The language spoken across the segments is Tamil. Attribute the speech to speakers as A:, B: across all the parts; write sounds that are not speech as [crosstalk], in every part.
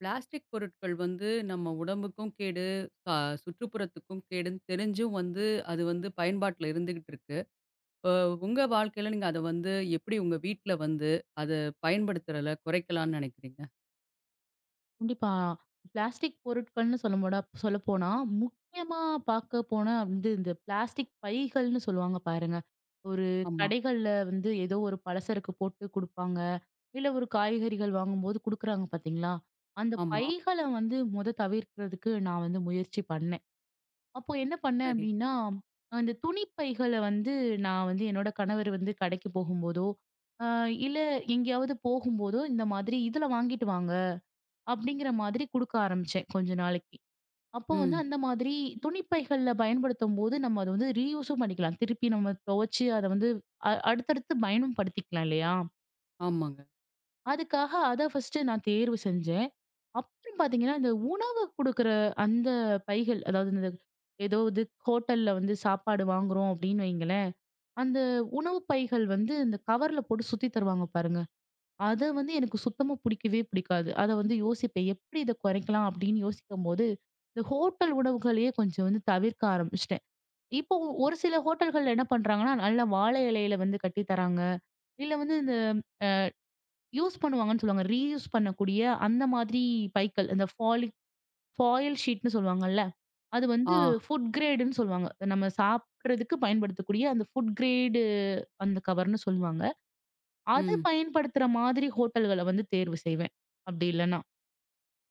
A: பிளாஸ்டிக் பொருட்கள் வந்து நம்ம உடம்புக்கும் கேடு, அ சுற்றுப்புறத்துக்கும் கேடுன்னு தெரிஞ்சும் வந்து அது வந்து பயன்பாட்டுல இருந்துகிட்டு இருக்கு. அ உங்க வாழ்க்கையில நீங்க அத வந்து எப்படி உங்க வீட்ல வந்து அத பயன்படுத்துறத குறைக்கலாம்னு நினைக்கிறீங்க?
B: கண்டிப்பா. பிளாஸ்டிக் பொருட்கள்னு சொல்லம்போடா சொல்லப்போனா, முக்கியமா பாக்க போனா வந்து இந்த பிளாஸ்டிக் பைகள்னு சொல்லுவாங்க பாருங்க. ஒரு
A: ஆமா,
B: கடைகள்ல வந்து ஏதோ ஒரு பலசரக்கு போட்டு குடுப்பாங்க. இல்ல ஒரு காய்கறிகள் வாங்கும்போது குடுக்குறாங்க பாத்தீங்களா? அந்த
A: ஆமா.
B: பைகள வந்து மொத தவிர்க்கிறதுக்கு நான் வந்து முயற்சி பண்ணேன். அப்போ என்ன பண்ணேன்
A: சரி.
B: அப்டின்னா, அந்த துணி பைகள வந்து நான் வந்து என்னோட கணவர் வந்து கடைக்கு போகும்போதோ, அ இல்ல எங்கேயாவது போகும்போதோ இந்த மாதிரி இதுல வாங்கிட்டு வாங்க. அப்படிங்கிற மாதிரி குடுக்க ஆரம்பிச்சேன் கொஞ்ச நாளைக்கு. அப்போ வந்து
A: ம்.
B: அந்த மாதிரி துணிப்பைகள்ல பயன்படுத்தும்போது, நம்ம அத வந்து ரீயூஸும் பண்ணிக்கலாம். திருப்பி நம்ம துவச்சு அத வந்து அடுத்தடுத்து பயனும் படுத்திக்கலாம் இல்லையா?
A: ஆமாங்க.
B: அதுக்காக அத ஃபர்ஸ்ட்டு நான் தேர்வு செஞ்சேன். அப்புறம் பார்த்தீங்கன்னா, இந்த உணவு குடுக்குற அந்த பைகள், அதாவது இந்த ஏதோ இது ஹோட்டல்ல வந்து சாப்பாடு வாங்குறோம் அப்படின்னு வைங்களேன், அந்த உணவு பைகள் வந்து இந்த கவர்ல போட்டு சுத்தி தருவாங்க பாருங்க. அத வந்து எனக்கு சுத்தமா பிடிக்கவே பிடிக்காது. அத வந்து யோசிப்பேன். எப்படி இத குறைக்கலாம் அப்படின்னு யோசிக்கும்போது, இந்த ஹோட்டல் உணவுகளையே கொஞ்சம் வந்து தவிர்க்க ஆரம்பிச்சுட்டேன். இப்போ ஒரு சில ஹோட்டல்கள்ல என்ன பண்றாங்கன்னா, நல்ல வாழை இலையில வந்து கட்டி தராங்க. இல்ல வந்து இந்த யூஸ் பண்ணுவாங்கன்னு சொல்லுவாங்க. ரீயூஸ் பண்ணக்கூடிய அந்த மாதிரி பைக்கள். இந்த ஃபாலி ஃபாயில் ஷீட்ன்னு சொல்லுவாங்கல்ல. அது வந்து
A: ஆ.
B: ஃபுட் கிரேடுன்னு சொல்லுவாங்க. நம்ம சாப்பிடுறதுக்கு பயன்படுத்தக்கூடிய அந்த ஃபுட் கிரேடு அந்த கவர்ன்னு சொல்லுவாங்க. அது
A: ம்.
B: பயன்படுத்துற மாதிரி ஹோட்டல்கள வந்து தேர்வு செய்வேன். அப்படி இல்லன்னா.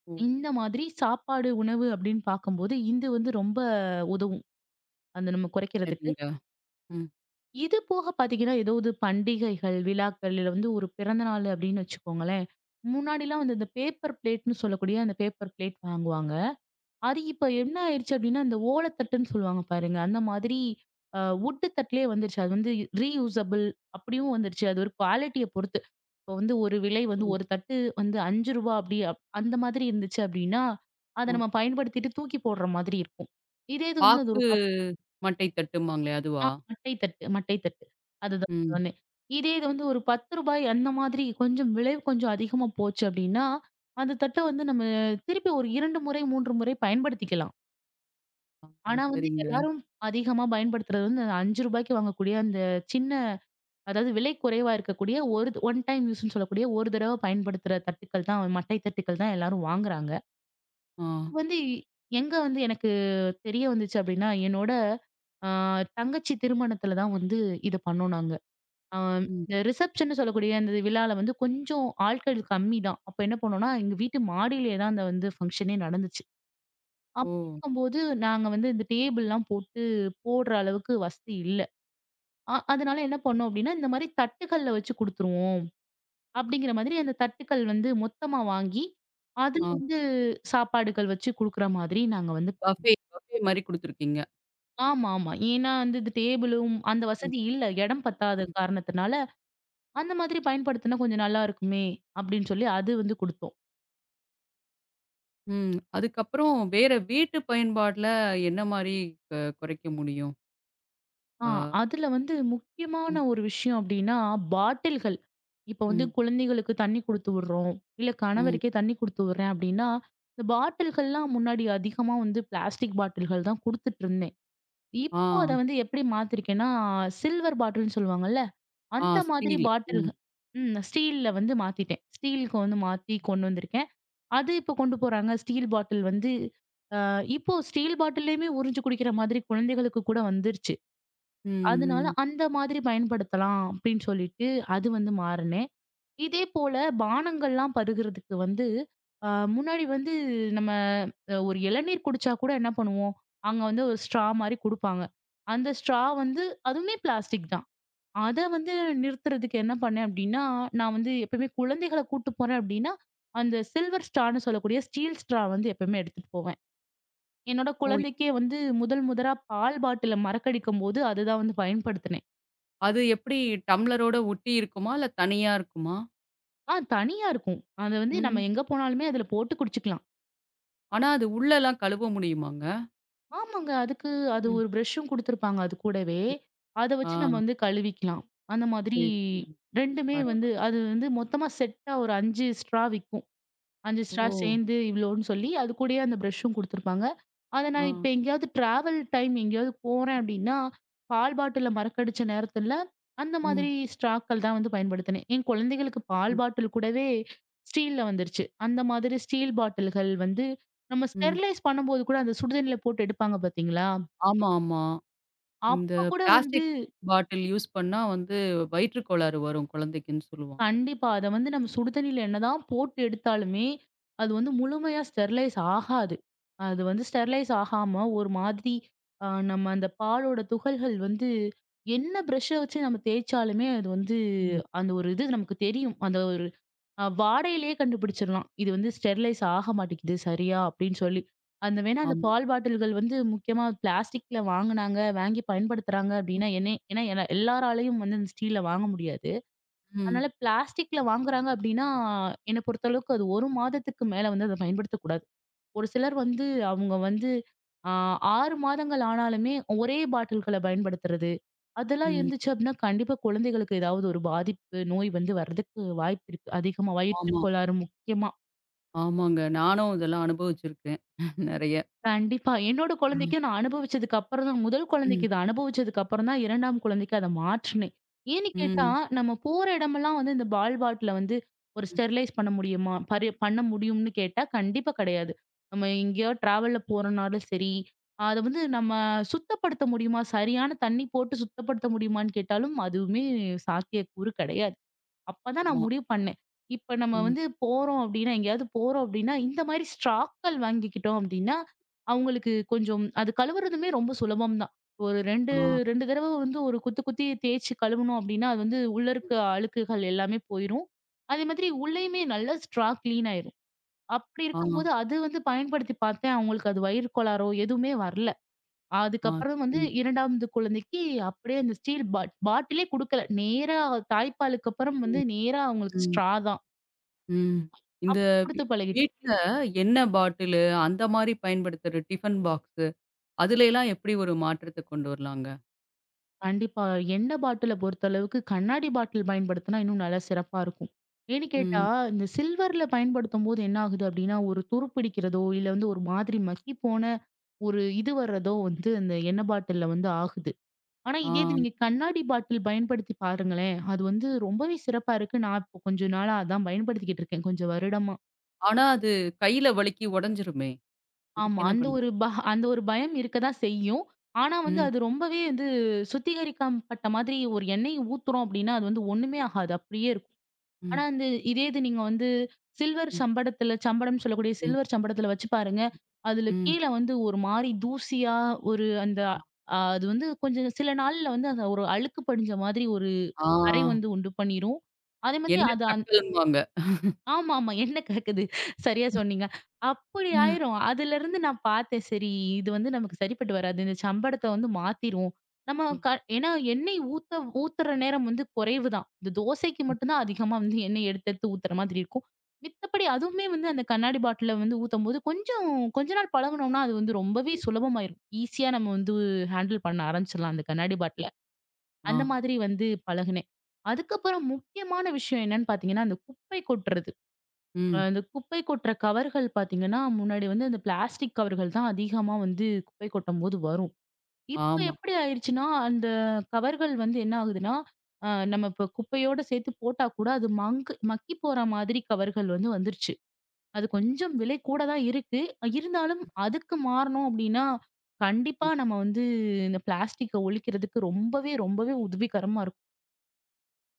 A: ஓ!
B: இந்த மாதிரி சாப்பாடு, உணவு அப்படின்னு பார்க்கும்போது, இது வந்து ரொம்ப உதவும். அந்த நம்ம குறைக்கிறதுக்கு.
A: சரிங்க. ம்.
B: இது போக பார்த்தீங்கன்னா, ஏதாவது பண்டிகைகள், விழாக்கள் இல்ல வந்து ஒரு பிறந்த நாள் அப்படின்னு வச்சுக்கோங்களேன். முன்னாடிலாம் வந்து இந்த பேப்பர் பிளேட்ன்னு சொல்லக்கூடிய அந்த பேப்பர் பிளேட் வாங்குவாங்க. அது இப்ப என்ன ஆயிருச்சு அப்படின்னா, இந்த ஓலத்தட்டுன்னு சொல்லுவாங்க பாருங்க. அந்த மாதிரி வுட்டு தட்டிலே வந்துருச்சு. அது வந்து ரீயூசபிள் அப்படியும் வந்துருச்சு. அது ஒரு குவாலிட்டிய பொறுத்து இப்போ வந்து ஒரு விலை வந்து
A: ம்.
B: ஒரு தட்டு வந்து ரூ. 5 அப்படி அந்த மாதிரி இருந்துச்சு அப்படின்னா, அத
A: ஆ.
B: நம்ம பயன்படுத்திட்டு தூக்கி போடுற மாதிரி இருக்கும். இதே இது வந்து அது ஒரு
A: பாக்கு மட்டை தட்டும்பாங்களே
B: ஆ
A: அதுவா?
B: மட்டை தட்டு, மட்டை தட்டு. அதுதான்
A: ம்.
B: சொன்னேன். இதே இது வந்து ஒரு ரூ. 10 அந்த மாதிரி கொஞ்சம் விலை கொஞ்சம் அதிகமா போச்சு அப்படின்னா, அந்த தட்ட வந்து நம்ம திருப்பி ஒரு 2 முறை, 3 முறை பயன்படுத்திக்கலாம்.
A: ஆமா.
B: ஆனா வந்து
A: சரிங்க.
B: எல்லாரும் அதிகமா பயன்படுத்துறது வந்து அந்த ரூ. 5க்கு வாங்கக்கூடிய அந்த சின்ன அதாவது விலை குறைவா இருக்கக்கூடிய ஒரு ஒன் டைம் யூஸ்ன்னு சொல்லக்கூடிய ஒரு தடவை பயன்படுத்துற தட்டுக்கள் தான் மட்டை தட்டுக்கள் தான் எல்லாரும் வாங்குறாங்க.
A: ஆ.
B: இது வந்து எங்க வந்து எனக்கு தெரிய வந்துச்சு அப்படின்னா, என்னோட அ தங்கச்சி திருமணத்துல தான் வந்து இத பண்ணோம் நாங்க. அ
A: ம்.
B: இந்த ரிசப்ஷன்னு சொல்லக்கூடிய அந்த விழால வந்து கொஞ்சம் ஆட்கள் கம்மி தான். அப்ப என்ன பண்ணோம்னா, எங்க வீட்டு மாடியிலேயே தான் அந்த வந்து ஃபங்ஷனே நடந்துச்சு.
A: ஓ!
B: அப்படி இருக்கும்போது நாங்க வந்து இந்த டேபிள்லாம் போட்டு போடுற அளவுக்கு வசதி இல்ல. அதனால என்ன பண்ணோம் அப்படின்னா, இந்த மாரி தட்டுக்கள்ல வச்சு குடுத்துருவோம். அப்படிங்கிற மாதிரி அந்த தட்டுக்கள் வந்து மொத்தமா வாங்கி, அதுல
A: ஆ.
B: வந்து சாப்பாடுகள் வச்சு குடுக்குற மாதிரி நாங்க வந்து
A: பஃபே பஃபே மாரி குடுத்துருக்கீங்க.
B: ஆமா, ஆமா. ஏன்னா வந்து இது டேபிளும் அந்த
A: ம். ம்.
B: வசதி இல்ல. இடம் பத்தாத காரணத்தினால, அந்த மாதிரி பயன்படுத்தினா கொஞ்சம் நல்லா இருக்குமே! அப்படின்னு சொல்லி அது வந்து குடுத்தோம்.
A: ம். அதுக்கப்புறம் வேற வீட்டு பயன்பாட்ல என்ன மாரி குறைக்க முடியும்?
B: ஆ
A: ஆ.
B: அதுல வந்து முக்கியமான
A: ம்,
B: ஒரு விஷயம் அப்படின்னா, பாட்டில்கள். இப்ப வந்து
A: ம்,
B: குழந்தைகளுக்கு தண்ணி குடுத்து விடுறோம். இல்ல
A: ம்.
B: கணவருக்கே தண்ணி குடுத்து விடுறேன் அப்படின்னா, இந்த பாட்டில்கள்லாம் முன்னாடி அதிகமா வந்து பிளாஸ்டிக் பாட்டில்கள் தான் குடுத்துட்டு இருந்தாங்க.
A: ஆ,
B: இப்போ அத வந்து எப்படி மாத்திருக்கேன்னா, சில்வர் பாட்டில்ன்னு சொல்லுவாங்கல்ல.
A: ஆ
B: அந்த மாதிரி
A: ஸ்டீல்.
B: பாட்டில்
A: ம்,
B: ம். ஸ்டீல்ல வந்து மாத்திட்டேன். ஸ்டீலுக்கு வந்து மாத்தி கொண்டு வந்திருக்கேன். அது இப்போ கொண்டு போறாங்க. ஸ்டீல் பாட்டில் வந்து இப்போ ஸ்டீல் பாட்டில்லயுமே உறிஞ்சு குடிக்கிற மாதிரி குழந்தைகளுக்கு கூட வந்துருச்சு.
A: ம்,
B: அதனால
A: ம்.
B: அந்த மாதிரி பயன்படுத்தலாம் அப்படின்னு சொல்லிட்டு அது வந்து மாறினேன். இதே போல பானங்கள்லாம் பருகுறதுக்கு வந்து அ முன்னாடி வந்து நம்ம ஒரு இளநீர் குடிச்சா கூட என்ன பண்ணுவோம், அங்க வந்து ஒரு ஸ்ட்ரா மாரி குடுப்பாங்க. அந்த ஸ்ட்ரா வந்து அதுவுமே பிளாஸ்டிக் தான். அத வந்து நிறுத்துறதுக்கு என்ன பண்ணேன் அப்படின்னா, நான் வந்து எப்பயுமே குழந்தைகள கூட்டு போறேன் அப்படின்னா, அந்த சில்வர் ஸ்ட்ரான்னு சொல்லக்கூடிய ஸ்டீல் ஸ்ட்ரா வந்து எப்பயுமே எடுத்துட்டு போவேன். என்னோட
A: ஓய்!
B: குழந்தைக்கே வந்து முதல் முதலா பால் பாட்டில மறக்கடிக்கும்போது அதுதான் வந்து பயன்படுத்துனேன்.
A: அது எப்படி டம்ளரோட ஒட்டி இருக்குமா? இல்ல தனியா இருக்குமா?
B: ஆ தனியா இருக்கும். அத வந்து
A: ம்.
B: நம்ம எங்க போனாலுமே அதுல போட்டு குடிச்சுக்கலாம்.
A: ஆனா அது உள்ளலாம் கழுவ முடியுமாங்க?
B: ஆமாங்க. அதுக்கு அது
A: ம்.
B: ஒரு ப்ரஷ்ஷும் குடுத்துருப்பாங்க அது கூடவே. அத
A: ஆ
B: வச்சு நம்ம வந்து கழுவிக்கலாம். அந்த மாதிரி
A: சரி, சரி.
B: 2மே வந்து
A: பரவால்ல.
B: அது வந்து மொத்தமா செட்டா ஒரு 5 ஸ்ட்ரா விக்கும். 5
A: ஓ!
B: ஸ்டார் சேர்ந்து இவ்வளோன்னு சொல்லி, அது கூடயே அந்த ப்ரஷ்ஷும் குடுத்துருப்பாங்க. அத
A: ஆ.
B: நான் இப்ப எங்கேயாவது ட்ராவல் டைம் எங்கேயாவது போறேன் அப்டின்னா, பால் பாட்டில மறக்கடிச்ச நேரத்துல, அந்த
A: ம்,
B: மாதிரி ஸ்ட்ராக்கள் தான் வந்து பயன்படுத்தினேன். என் குழந்தைகளுக்கு பால்
A: ம்,
B: பாட்டில் கூடவே ஸ்டீல்ல வந்துருச்சு. அந்த மாதிரி ஸ்டீல் பாட்டில்கள் வந்து நம்ம
A: ம்.
B: ஸ்டெர்லைஸ் பண்ணும்போது கூட அந்த சுடுதண்ணில போட்டு எடுப்பாங்க பார்த்தீங்களா?
A: ஆமா, ஆமா. இந்த
B: அப்ப கூட வந்து
A: பிளாஸ்டிக் பாட்டில் யூஸ் பண்ணா வந்து வயிற்று கோளாறு வரும் குழந்தைக்குன்னு சொல்லுவாங்க.
B: கண்டிப்பா. அத வந்து நம்ம சுடு தண்ணீல என்னதான் போட்டு எடுத்தாலுமே, அது வந்து முழுமையா ஸ்டெர்லைஸ் ஆகாது. அது வந்து ஸ்டெர்லைஸ் ஆகாம ஒரு மாதிரி நம்ம அந்த பாலோட துகள்கள் வந்து என்ன பிரஷ்ஷ வச்சு நம்ம தேய்ச்சாலுமே அது வந்து
A: ம்.
B: அந்த ஒரு இது நமக்கு தெரியும். அந்த ஒரு வாடையிலேயே கண்டுபிடிச்சிடலாம். இது வந்து ஸ்டெர்லைஸ் ஆக மாட்டேங்குது சரியா அப்படின்னு சொல்லி. அந்த வேணா அந்த
A: ஆமா.
B: பால் பாட்டில்கள் வந்து முக்கியமா பிளாஸ்டிக்ல வாங்குனாங்க, வாங்கி பயன்படுத்துறாங்க
A: ம்,
B: அப்படின்னா, என்னே ஏன்னா எல்லாராலயும் வந்து அந்த ஸ்டீல்ல வாங்க முடியாது.
A: ம்.
B: அதனால பிளாஸ்டிக்ல வாங்குறாங்க அப்படின்னா, என்ன பொறுத்தளவுக்கு அது 1 மாதத்துக்கு மேல வந்து அத பயன்படுத்தக்கூடாது. ஒரு சிலர் வந்து அவங்க வந்து ஆ 6 மாதங்கள் ஆனாலுமே ஒரே பாட்டில்கள பயன்படுத்துறது. அதெல்லாம்
A: ம்.
B: இருந்துச்சு அப்படின்னா, கண்டிப்பா குழந்தைகளுக்கு ஏதாவது ஒரு பாதிப்பு, நோய் வந்து வர்றதுக்கு வாய்ப்பு இருக்கு. அதிகமா வயிற்றுக்
A: ஆமா.
B: கோளாறு முக்கியமா.
A: ஆமாங்க. நானும் இதெல்லாம் அனுபவிச்சிருக்கேன். நெறைய.
B: கண்டிப்பா. என்னோட குழந்தைக்கு
A: ஆ.
B: நான் அனுபவிச்சதுக்கு அப்புறம் தான் முதல்
A: ம்.
B: குழந்தைக்கு இத அனுபவிச்சதுக்கு அப்புறம் தான் 2ஆம் குழந்தைக்கு அத மாற்றுனேன். ஏன்னு கேட்டா,
A: ம்.
B: நம்ம போற இடமெல்லாம் வந்து இந்த பால் பாட்டில வந்து ஒரு
A: ம்.
B: ஸ்டெர்லைஸ் பண்ண முடியுமா? பரி பண்ண முடியும்னு கேட்டா, கண்டிப்பா கிடையாது. நம்ம எங்கேயோ டிராவல்ல போறோம்னாலும் சரி, அத வந்து நம்ம சுத்தப்படுத்த முடியுமா? சரியான தண்ணி போட்டு சுத்தப்படுத்த முடியுமான்னு கேட்டாலும், அதுவுமே சாத்தியக்கூறு கிடையாது. அப்பதான்
A: ஆமா.
B: நான் முடிவு பண்ணேன். இப்ப நம்ம
A: ம்.
B: வந்து போறோம் அப்படின்னா, எங்கேயாவது போறோம் அப்படின்னா, இந்த மாரி ஸ்ட்ராக்கள் வாங்கிக்கிட்டோம் அப்படின்னா, அவங்களுக்கு கொஞ்சம் அது கழுவுறதுமே ரொம்ப சுலபம் தான். ஒரு 2,
A: ஆ.
B: 2 தடவ வந்து ஒரு குத்து குத்தி தேய்ச்சு கழுவுனோம் அப்படின்னா, அது வந்து உள்ள
A: ம்.
B: இருக்க அழுக்குகள் எல்லாமே போயிரும். அதே மாதிரி உள்ளயுமே நல்லா ஸ்ட்ரா கிளீன் ஆயிரும். அப்படி
A: ஆ.
B: இருக்கும்போது அது வந்து பயன்படுத்தி பார்த்தேன். அவங்களுக்கு அது வயிறு கோளாறோ எதுவுமே வரல.
A: ஆ.
B: அதுக்கப்புறம் வந்து
A: ம்.
B: 2வது குழந்தைக்கு அப்படியே அந்த ஸ்டீல் பாட்டிலே குடுக்கல. நேரா தாய்ப்பாலுக்கு அப்புறம் வந்து
A: ம்.
B: நேரா அவங்களுக்கு
A: ம்.
B: ஸ்ட்ரா தான்.
A: ம். இந்த
B: அப்படி
A: வீ
B: குடுத்து பழகிட்டேன்.
A: வீட்ல எண்ணெய் பாட்டிலு அந்த மாரி பயன்படுத்துற டிஃபன் பாக்ஸு, அதுலலாம் எப்படி ஒரு மாற்றத்த கொண்டு வரலாங்க?
B: கண்டிப்பா. எண்ணெய் பாட்டில பொறுத்தளவுக்கு கண்ணாடி பாட்டில் பயன்படுத்தினா இன்னும் நல்லா சிறப்பா இருக்கும். ஏன்னு கேட்டா,
A: ம்.
B: இந்த சில்வர்ல பயன்படுத்தும்போது என்ன ஆகுது அப்படின்னா, ஒரு துரு பிடிக்கிறதோ, இல்ல வந்து ஒரு மாதிரி மக்கி போன ஒரு இது வர்றதோ வந்து அந்த எண்ணெய் பாட்டில்ல வந்து ஆகுது. ஆனா
A: ஆ.
B: இதே இது நீங்க கண்ணாடி பாட்டில் பயன்படுத்தி பாருங்களேன். அது வந்து ரொம்பவே சிறப்பா இருக்கு. நான் இப்போ கொஞ்ச நாளா அதான் பயன்படுத்திக்கிட்டு இருக்கேன், கொஞ்சம் வருடமா.
A: ஆனா அது கையில வழுக்கி உடைஞ்சிருமே! அதுக்கு
B: ஆமா.
A: என்ன
B: அந்த
A: பண்ணுவீங்க?
B: ஒரு அந்த ஒரு பயம் இருக்க தான் செய்யும். ஆனா வந்து
A: ம்.
B: அது ரொம்பவே வந்து சுத்திகரிக்கப்பட்ட மாதிரி ஒரு எண்ணெய ஊத்துறோம் அப்டின்னா, அது வந்து ஒண்ணுமே ஆகாது. அப்டியே இருக்கும். ஆனா
A: ம்.
B: வந்து இதே இது நீங்க வந்து சில்வர்
A: ம்.
B: சம்படத்துல சம்படம்னு சொல்லக்கூடிய
A: ம்.
B: சில்வர் சம்படத்துல வச்சு பாருங்க. அதுல
A: ம்.
B: கீழ வந்து ஒரு மாரி தூசியா ஒரு அந்த
A: ஆ.
B: அது வந்து கொஞ்சம் சில நாள்ல வந்து அந்த ஒரு அழுக்கு படிஞ்ச மாதிரி ஒரு
A: ஆ.
B: கரை வந்து உண்டு பண்ணிரும். அதே மாதிரி
A: எண்ணெய்
B: அது
A: கக்கல்ம்பாங்க.
B: ஆமாமா. எண்ணெ கலக்குது. சரியா சொன்னீங்க. அப்படி
A: ம்.
B: ஆயிரும். அதுலருந்து நான் பார்த்தேன். சரி, இது வந்து நமக்கு சரிப்பட்டு வராது. இந்த சம்படத்த வந்து மாத்திருவோம். நம்ம ஏன்னா எண்ணெய் ஊத்துற நேரம் வந்து குறைவு தான். இந்த தோசைக்கு
A: ம்.
B: மட்டும் தான் அதிகமா வந்து எண்ணெய் எடுத்து எடுத்து ஊத்துற மாதிரி இருக்கும். மித்தபடி அதுவுமே வந்து அந்த கண்ணாடி பாட்டில்ல வந்து ஊத்தம்போது கொஞ்சம் கொஞ்ச நாள் பழகுனோம்னா, அது வந்து ரொம்பவே சுலபமாயிரும். ஈஸியா நம்ம வந்து ஹேண்டில் பண்ண ஆரம்பிச்சிடலாம் அந்த கண்ணாடி பாட்டில.
A: ஆ.
B: அந்த மாதிரி வந்து பழகுனேன். அதுக்கப்புறம் முக்கியமான விஷயம் என்னன்னு பார்த்தீங்கன்னா, அந்த குப்பை கொட்டுறது.
A: ம்.
B: அந்த குப்பை கொட்டுற கவர்கள் பார்த்தீங்கன்னா, முன்னாடி வந்து அந்த பிளாஸ்டிக் கவர்கள் தான் அதிகமா வந்து குப்பை கொட்டும்போது வரும். இப்ப
A: ஆமா.
B: எப்படி ஆயிருச்சுன்னா, அந்த கவர்கள் வந்து என்ன ஆகுதுன்னா, நம்ம இப்ப குப்பையோட சேர்த்து போட்டா கூட அது மங்கு மக்கி போற மாதிரி கவர்கள் வந்து வந்துருச்சு. அது கொஞ்சம் விலை கூட தான் இருக்கு. இருந்தாலும் அதுக்கு மாறணும் அப்படின்னா, கண்டிப்பா நம்ம வந்து இந்த பிளாஸ்டிக்க ஒழிக்கிறதுக்கு ரொம்பவே, ரொம்பவே உதவிகரமா இருக்கும்.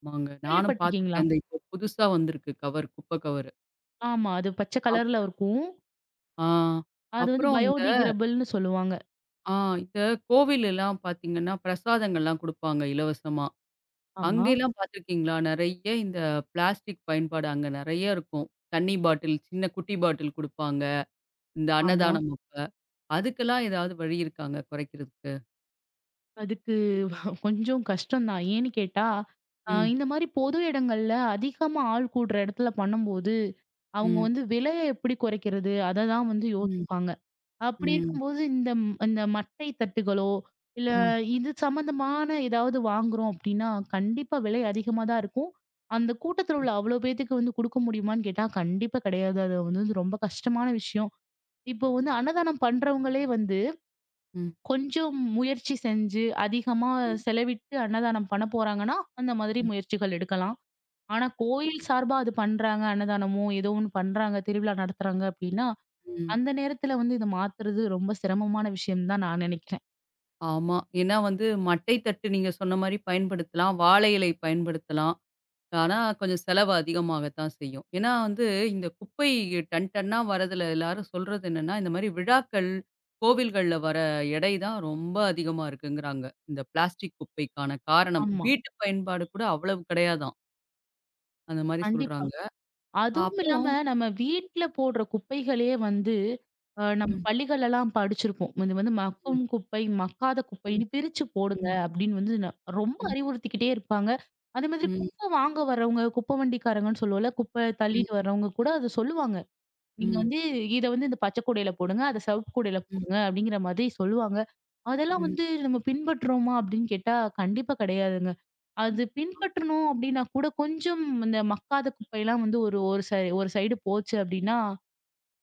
A: ஆமாங்க. நானும்
B: கேள்விப்பட்டுருக்கீங்களா?
A: பார்த்துருக்கேன். அந்த இப்போ புதுசா வந்திருக்கு கவர், குப்ப கவரு.
B: ஆமா. அது பச்சை கலர்ல
A: அப்புறம்
B: இருக்கும்.
A: ஆ.
B: அது வந்து
A: அப்புறம் இந்த
B: பயோடிகிரபிள்னு சொல்லுவாங்க.
A: ஆ இந்த கோவிலெல்லாம் பார்த்தீங்கன்னா, பிரசாதங்கள்லாம் குடுப்பாங்க இலவசமா.
B: ஆமா,
A: அங்கேலாம் பார்த்துருக்கீங்களா? நெறைய இந்த பிளாஸ்டிக் பயன்பாடு அங்க நெறைய இருக்கும். தண்ணி பாட்டில், சின்ன குட்டி பாட்டில் குடுப்பாங்க. இந்த
B: ஆமா.
A: அன்னதானம் அப்ப. அதுக்கெல்லாம் ஏதாவது வழி இருக்காங்க குறைக்கிறதுக்கு?
B: அதுக்கு [laughs] கொஞ்சம் கஷ்டம் தான். ஏன்னு கேட்டா,
A: ம்.
B: இந்த மாரி பொது இடங்கள்ல அதிகமா ஆள் கூடுற இடத்துல பண்ணும்போது, அவங்க
A: ம்.
B: வந்து விலைய எப்படி குறைக்கிறது? அத தான் வந்து
A: ம்.
B: யோசிப்பாங்க. அப்படி
A: ம்.
B: இருக்கும்போது இந்த இந்த மட்டை தட்டுகளோ, இல்ல
A: ம்.
B: இது சம்மந்தமான ஏதாவது வாங்குறோம் அப்படின்னா, கண்டிப்பா விலை அதிகமா தான் இருக்கும். அந்த கூட்டத்துல
A: ம்.
B: உள்ள அவ்வளோ பேத்துக்கு வந்து குடுக்க முடியுமான்னு கேட்டா, கண்டிப்பா கிடையாது. அது வந்து வந்து ரொம்ப கஷ்டமான விஷயம். இப்போ வந்து அன்னதானம் பண்றவங்களே வந்து
A: ம்.
B: கொஞ்சம் முயற்சி செஞ்சு, அதிகமா
A: ம்.
B: செலவிட்டு அன்னதானம் பண்ண போறாங்கன்னா, அந்த மாதிரி
A: ம்.
B: முயற்சிகள் எடுக்கலாம். ஆனா
A: ம்.
B: கோயில் சார்பா அது பண்றாங்க, அன்னதானமோ ஏதோ ஒண்ணு பண்றாங்க, திருவிழா நடத்துறாங்க அப்படின்னா,
A: ம்.
B: அந்த நேரத்துல வந்து இத மாத்துறது ரொம்ப சிரமமான விஷயம் தான் நான் நினைக்கிறேன்.
A: ஆமா. ஏன்னா வந்து மட்டை தட்டு நீங்க சொன்ன மாரி பயன்படுத்தலாம். வாழை இலை பயன்படுத்தலாம். ஆனா, கொஞ்சம் செலவு அதிகமாகத்தான் செய்யும். ஏன்னா வந்து இந்த குப்பை டன் டன்னா வரதுல எல்லாரும் சொல்றது என்னன்னா, இந்த மாரி விழாக்கள், கோவில்கள்ல வர எடை தான் ரொம்ப அதிகமா இருக்குங்கிறாங்க. இந்த பிளாஸ்டிக் குப்பைக்கான காரணம்.
B: ஆமா.
A: வீட்டு பயன்பாடு கூட அவ்வளவு கிடையாதாம். அந்த மாரி
B: கண்டிப்பா.
A: சொல்றாங்க.
B: அதுவும் இல்லாம
A: அப்புறம்
B: நம்ம வீட்ல போடுற குப்பைகளையே வந்து நம்ம
A: ம்,
B: பள்ளிகள்லாம் படிச்சிருப்போம். இது வந்து
A: ம்,
B: மக்கும் குப்பை, மக்காத
A: ம்,
B: குப்பைன்னு பிரிச்சு போடுங்க
A: ம்,
B: அப்படின்னு வந்து ரொம்ப
A: ம்,
B: அறிவுறுத்திக்கிட்டே இருப்பாங்க. அதே மாதிரி
A: ம்,
B: குப்பை வாங்க வரவங்க, குப்பை வண்டிக்காரங்கன்னு சொல்லுவோம்ல, குப்பை
A: ம், ம்,
B: தள்ளிட்டு வர்றவங்க கூட அத சொல்லுவாங்க. நீங்க வந்து இத வந்து இந்த பச்சை கூடையில போடுங்க, அத சிவப்பு கூடையில
A: ம், ம்.
B: போடுங்க அப்படிங்கிற மாதிரி சொல்லுவாங்க. அதெல்லாம் வந்து நம்ம பின்பற்றுறோமா அப்படின்னு கேட்டா, கண்டிப்பா கிடையாதுங்க. அது பின்பற்றணும் அப்டின்னா கூட கொஞ்சம் இந்த மக்காத குப்பையெல்லாம் வந்து ஒரு ஒரு ஒரு சைடு போச்சு அப்டின்னா,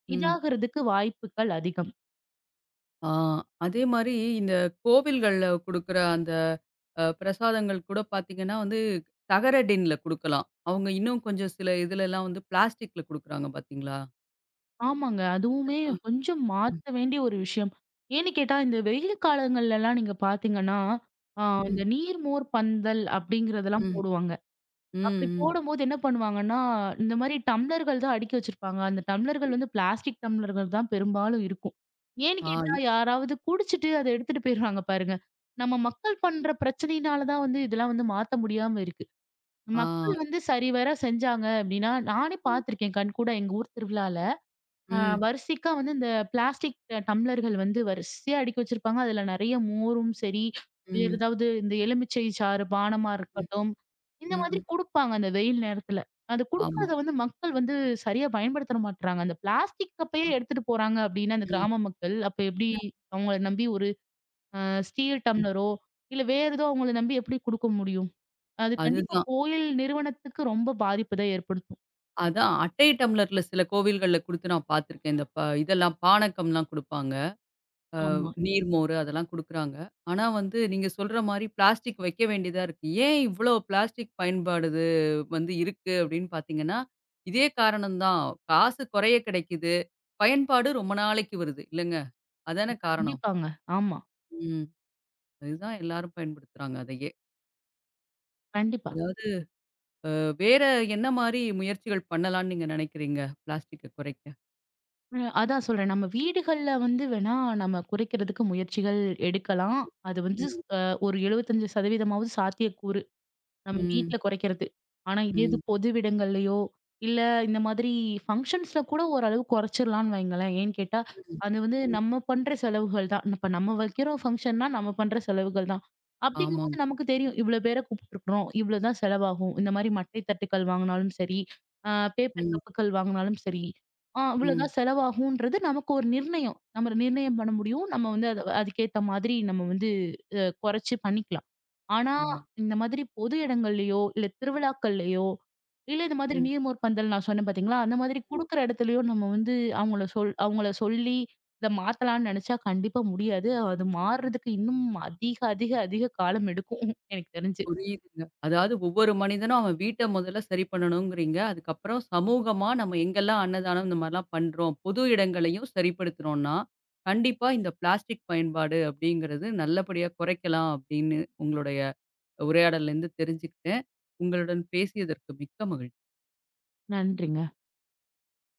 A: ம்.
B: இதாகுறதுக்கு வாய்ப்புகள் அதிகம்.
A: ஆ, அதே மாரி இந்த கோவில்கள்ல குடுக்குற அந்த பிரசாதங்கள் கூட பார்த்தீங்கன்னா வந்து, தகர டின்ல குடுக்கலாம். அவங்க இன்னும் கொஞ்சம் சில இதுலலாம் வந்து பிளாஸ்டிக்ல குடுக்குறாங்க பார்த்தீங்களா?
B: ஆமாங்க. அதுவுமே
A: ஆ.
B: கொஞ்சம்
A: ம்.
B: மாத்த வேண்டிய ஒரு விஷயம். ஏன்னு கேட்டா, இந்த வெயில் காலங்கள்லலாம் நீங்க பார்த்தீங்கன்னா, ஆ
A: ம்.
B: இந்த நீர் மோர் பந்தல் அப்டிங்கிறதெல்லாம்
A: ம். ம்.
B: போடுவாங்க. அப்படி
A: ம்.
B: போடும்போது என்ன பண்ணுவாங்கன்னா, இந்த மாரி டம்ளர்கள் தான் அடுக்கி வச்சிருப்பாங்க. அந்த டம்ளர்கள் வந்து பிளாஸ்டிக் டம்ளர்கள் தான் பெரும்பாலும் இருக்கும். ஏன்னு
A: ஆ.
B: கேட்டா, யாராவது குடிச்சிட்டு அத எடுத்துட்டு போயிருவாங்க பாருங்க. நம்ம மக்கள் பண்ற பிரச்சனையினால தான் வந்து இதெல்லாம் வந்து மாத்த முடியாம இருக்கு.
A: ஆ.
B: மக்கள் வந்து சரிவர செஞ்சாங்க அப்படின்னா, நானே
A: ம்.
B: பார்த்துருக்கேன் கண்கூடா எங்க ஊர் திருவிழால. அ
A: ம்.
B: வரிசைக்கா வந்து இந்த பிளாஸ்டிக் டம்ளர்கள் வந்து வரிசையா அடுக்கி வச்சிருப்பாங்க. அதுல நெறைய மோரும் சரி, வேற
A: ம்.
B: ஏதாவது இந்த எலுமிச்சை சாறு பானமா இருக்கட்டும், இந்த மாதிரி
A: ம்.
B: குடுப்பாங்க அந்த வெயில் நேரத்துல. அது
A: ஆமா.
B: குடுக்கறத வந்து மக்கள் வந்து சரியா பயன்படுத்த மாட்றாங்க. அந்த பிளாஸ்டிக் கப்பையே
A: அ.
B: எடுத்துட்டு போறாங்க அப்டின்னா, அந்த
A: ம்.
B: கிராம மக்கள் அப்ப எப்டி அவங்கள நம்பி ஒரு அ ஸ்டீல் டம்ளரோ, இல்ல வேற ஏதோ அவங்கள நம்பி எப்படி குடுக்க முடியும்? அது கண்டிப்பா
A: அதுதான்.
B: கோயில் நிறுவனத்துக்கு ரொம்ப பாதிப்பு தான் ஏற்படுத்தும்.
A: அதான் அட்டை டம்ளர்ல சில கோவில்கள்ல குடுத்து நான் பார்த்துருக்கேன். இந்த ப இதெல்லாம் பானக்கம்லாம் குடுப்பாங்க.
B: ஆமா.
A: நீர்மோரு அதெல்லாம் குடுக்குறாங்க. ஆனா வந்து நீங்க சொல்ற மாரி பிளாஸ்டிக் வைக்க வேண்டியதா இருக்கு. ஏன் இவ்ளோ பிளாஸ்டிக் பயன்பாடுது வந்து இருக்கு அப்படின்னு பார்த்தீங்கன்னா, இதே காரணம் தான். காசு குறைய கிடைக்குது. பயன்பாடு ரொம்ப நாளைக்கு வருது இல்லங்க? அதானே ம். காரணம்.
B: கண்டிப்பாங்க. ஆமா.
A: ம். அதுதான் எல்லாரும் பயன்படுத்துறாங்க அதையே.
B: கண்டிப்பா.
A: அதாவது வேற என்ன மாரி முயற்சிகள் பண்ணலாம்னு நீங்க நினைக்கிறீங்க? பிளாஸ்டிக்க குறைக்க?
B: அதான் சொல்றேன். நம்ம வீடுகள்ல வந்து வேணா நம்ம குறைக்கிறதுக்கு முயற்சிகள் எடுக்கலாம். அது வந்து ஸ்
A: ம்.
B: அ ஒரு 75% சாத்தியக்கூறு. நம்ம
A: ம்.
B: வீட்ல குறைக்கிறது. ஆனா இதே இது
A: ம்.
B: பொதுவிடங்கள்லயோ, இல்ல இந்த மாதிரி ஃபங்ஷன்ஸ்ல கூட ஓரளவு குறைச்சிடலாம்னு வைங்களேன். ஏன்னு கேட்டா,
A: ம்.
B: அது வந்து
A: ம்.
B: நம்ம பண்ற செலவுகள் தான். இப்ப நம்ம வைக்கிறோம் ஃபங்ஷன்னா, நம்ம பண்ற செலவுகள் தான். அப்படிங்கும்போது
A: ஆமாங்க.
B: நமக்கு தெரியும். இவ்ளோ பேர கூப்பிட்டுருக்குறோம். இவ்ளோ தான் செலவாகும். இந்த மாரி மட்டை தட்டுக்கள் வாங்குனாலும் சரி, அ பேப்பர்
A: ம்.
B: கப்புகள் வாங்குனாலும் சரி, ஆ இவ்ளோ
A: ம்.
B: தான் செலவாகும்ன்றது நமக்கு ஒரு நிர்ணயம். நம்ம நிர்ணயம் பண்ண முடியும். நம்ம வந்து அத அதுக்கேத்த மாதிரி நம்ம வந்து குறைச்சு பண்ணிக்கலாம். ஆனா,
A: ஆமா.
B: இந்த மாதிரி பொது இடங்கள்லயோ, இல்ல திருவிழாக்கள்லயோ, இல்ல இந்த மாதிரி நீர்மோர் பந்தல் நான் சொன்னேன் பார்த்தீங்களா? அந்த மாதிரி
A: ம்.
B: குடுக்குற இடத்துலயோ நம்ம வந்து அவங்கள சொல்லி இத மாத்தலாம்னு நெனச்சா கண்டிப்பா முடியாது. அது மாறுறதுக்கு இன்னும் அதிக, அதிக, அதிக காலம் எடுக்கும். எனக்கு தெரிஞ்சு.
A: புரியுதுங்க. அதாவது ஒவ்வொரு மனிதனும் அவன் வீட்ட முதல்ல சரி பண்ணணுங்கிறீங்க. அதுக்கப்புறம் சமூகமா நம்ம எங்கெல்லாம் அன்னதானம் இந்த மாரிலாம் பண்றோம், பொது இடங்களையும் சரிப்படுத்துறோம்னா, கண்டிப்பா இந்த பிளாஸ்டிக் பயன்பாடு அப்படிங்கிறது நல்லபடியா குறைக்கலாம் அப்படின்னு உங்களுடைய உரையாடல்லேருந்து தெரிஞ்சுக்கிட்டேன். உங்களுடன் பேசியதற்கு மிக்க மகிழ்ச்சி.
B: நன்றிங்க.